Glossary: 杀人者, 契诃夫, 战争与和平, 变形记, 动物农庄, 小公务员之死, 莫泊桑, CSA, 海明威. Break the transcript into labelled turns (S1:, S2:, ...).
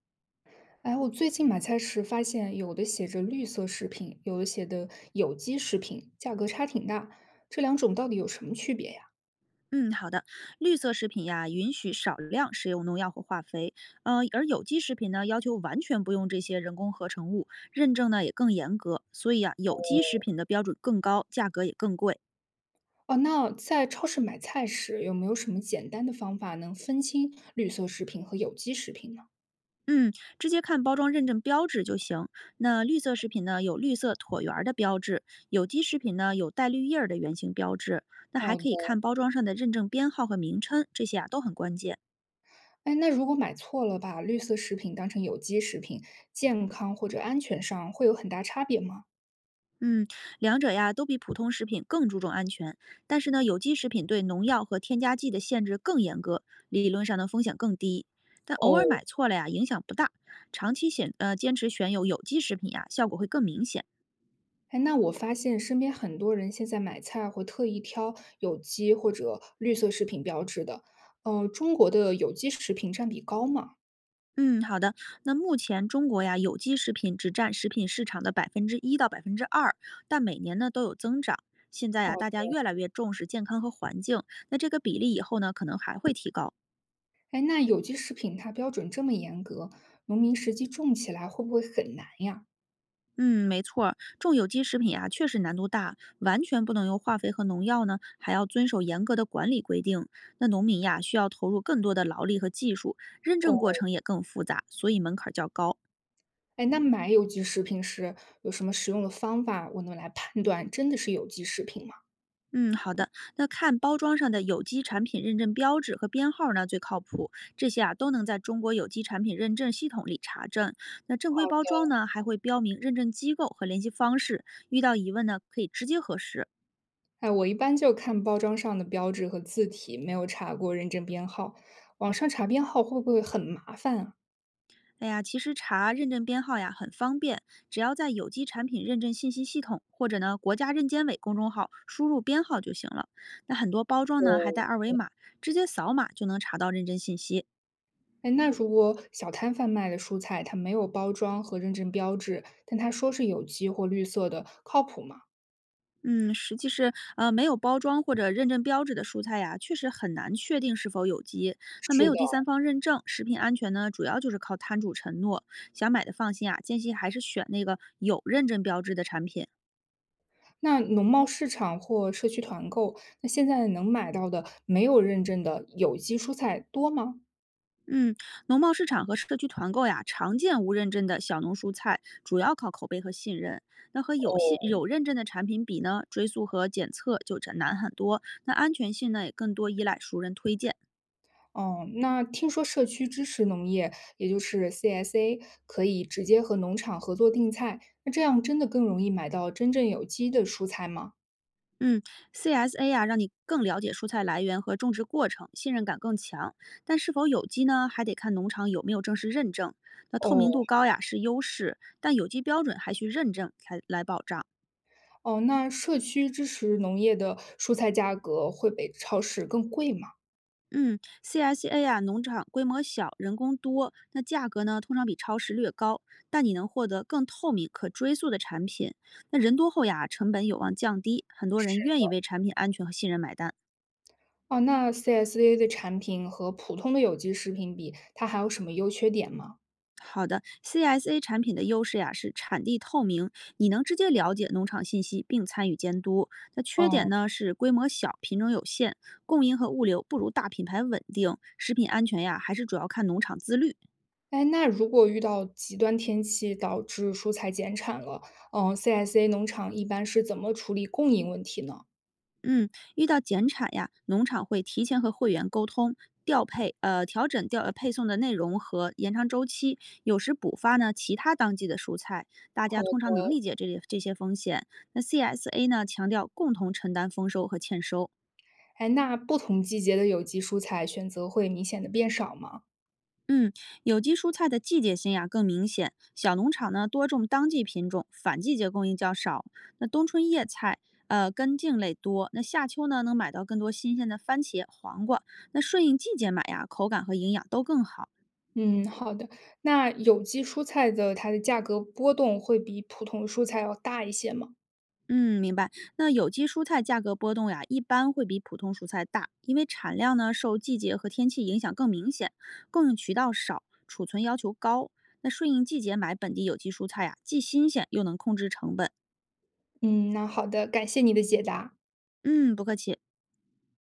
S1: 哎，我最近买菜时发现，有的写着绿色食品，有的写的有机食品，价格差挺大。这两种到底有什么区别呀？
S2: 嗯，好的。绿色食品呀，允许少量使用农药和化肥，而有机食品呢，要求完全不用这些人工合成物，认证呢也更严格。所以啊，有机食品的标准更高，价格也更贵。
S1: 哦，那在超市买菜时，有没有什么简单的方法能分清绿色食品和有机食品呢？
S2: 嗯，直接看包装认证标志就行。那绿色食品呢，有绿色椭圆儿的标志；有机食品呢，有带绿叶儿的圆形标志。那还
S1: 好的。
S2: 可以看包装上的认证编号和名称，这些啊都很关键。
S1: 哎，那如果买错了，把绿色食品当成有机食品，健康或者安全上会有很大差别吗？
S2: 嗯，两者呀都比普通食品更注重安全，但是呢，有机食品对农药和添加剂的限制更严格，理论上呢风险更低。但偶尔
S1: 哦。
S2: 买错了呀，影响不大。长期坚持选有机食品呀，效果会更明显。
S1: 哎，那我发现身边很多人现在买菜会特意挑有机或者绿色食品标志的。中国的有机食品占比高吗？
S2: 嗯，好的。那目前中国呀，有机食品只占食品市场的1%到2%，但每年呢都有增长。现在
S1: 好。
S2: 呀，大家越来越重视健康和环境，那这个比例以后呢可能还会提高。
S1: 哎，那有机食品它标准这么严格，农民实际种起来会不会很难呀？
S2: 嗯，没错儿，种有机食品呀、确实难度大，完全不能用化肥和农药呢，还要遵守严格的管理规定。那农民呀，需要投入更多的劳力和技术，认
S1: 哦。
S2: 证过程也更复杂，所以门槛儿较高。
S1: 哎，那买有机食品时有什么实用的方法，我能来判断真的是有机食品吗？
S2: 嗯，好的。那看包装上的有机产品认证标志和编号呢，最靠谱。这些啊，都能在中国有机产品认证系统里查证。那正
S1: 好
S2: 规
S1: 的。
S2: 包装呢，还会标明认证机构和联系方式，遇到疑问呢，可以直接核实。
S1: 哎，我一般就看包装上的标志和字体，没有查过认证编号。网上查编号会不会很麻烦啊？
S2: 哎呀，其实查认证编号呀很方便，只要在有机产品认证信息系统或者呢国家认监委公众号输入编号就行了。那很多包装呢还
S1: 哦。
S2: 带二维码，直接扫码就能查到认证信息。
S1: 哎，那如果小摊贩卖的蔬菜，它没有包装和认证标志，但它说是有机或绿色的，靠谱吗？
S2: 嗯，实际是没有包装或者认证标志的蔬菜呀，确实很难确定是否有机。那没
S1: 是的。
S2: 有第三方认证，食品安全呢主要就是靠摊主承诺。想买的放心啊，建议还是选那个有认证标志的产品。
S1: 那农贸市场或社区团购，那现在能买到的没有认证的有机蔬菜多吗？
S2: 嗯，农贸市场和社区团购呀，常见无认证的小农蔬菜，主要靠口碑和信任。那和
S1: 哦。
S2: 有信有认证的产品比呢，追溯和检测就这难很多。那安全性呢，也更多依赖熟人推荐。
S1: 哦，那听说社区支持农业，也就是 CSA，可以直接和农场合作订菜，那这样真的更容易买到真正有机的蔬菜吗？
S2: 嗯，CSA 呀，让你更了解蔬菜来源和种植过程，信任感更强。但是否有机呢，还得看农场有没有正式认证。那透明度
S1: 哦。
S2: 高呀是优势，但有机标准还需认证才来保障。
S1: 哦，那社区支持农业的蔬菜价格会比超市更贵吗？
S2: 嗯，CSA 呀，农场规模小，人工多，那价格呢通常比超市略高，但你能获得更透明、可追溯的产品。那人多后呀，成本有望降低，很多人愿意为产品安全和信任买单。
S1: 哦，那 CSA 的产品和普通的有机食品比，它还有什么优缺点吗？
S2: CSA 产品的优势呀是产地透明，你能直接了解农场信息并参与监督。那缺点
S1: 哦。
S2: 呢是规模小，品种有限，供应和物流不如大品牌稳定，食品安全呀还是主要看农场自律。
S1: 哎，那如果遇到极端天气导致蔬菜减产了，嗯，CSA 农场一般是怎么处理供应问题呢？
S2: 嗯，遇到减产呀，农场会提前和会员沟通，调配呃调整调呃配送的内容和延长周期，有时补发呢其他当季的蔬菜，大
S1: 好。
S2: 家通常能理解这里这些风险。那 CSA 呢强调共同承担丰收和欠收。
S1: 哎，那不同季节的有机蔬菜选择会明显的变少吗？
S2: 嗯，有机蔬菜的季节性呀更明显，小农场呢多种当季品种，反季节供应较少。那冬春叶菜，根茎类多。那夏秋呢，能买到更多新鲜的番茄、黄瓜。那顺应季节买呀，口感和营养都更好。
S1: 嗯，好的。那有机蔬菜的它的价格波动会比普通蔬菜要大一些吗？
S2: 嗯，明白。那有机蔬菜价格波动呀，一般会比普通蔬菜大，因为产量呢受季节和天气影响更明显，供应渠道少，储存要求高。那顺应季节买本地有机蔬菜呀，既新鲜又能控制成本。
S1: 嗯，那好的，感谢你的解答。
S2: 嗯，不客气。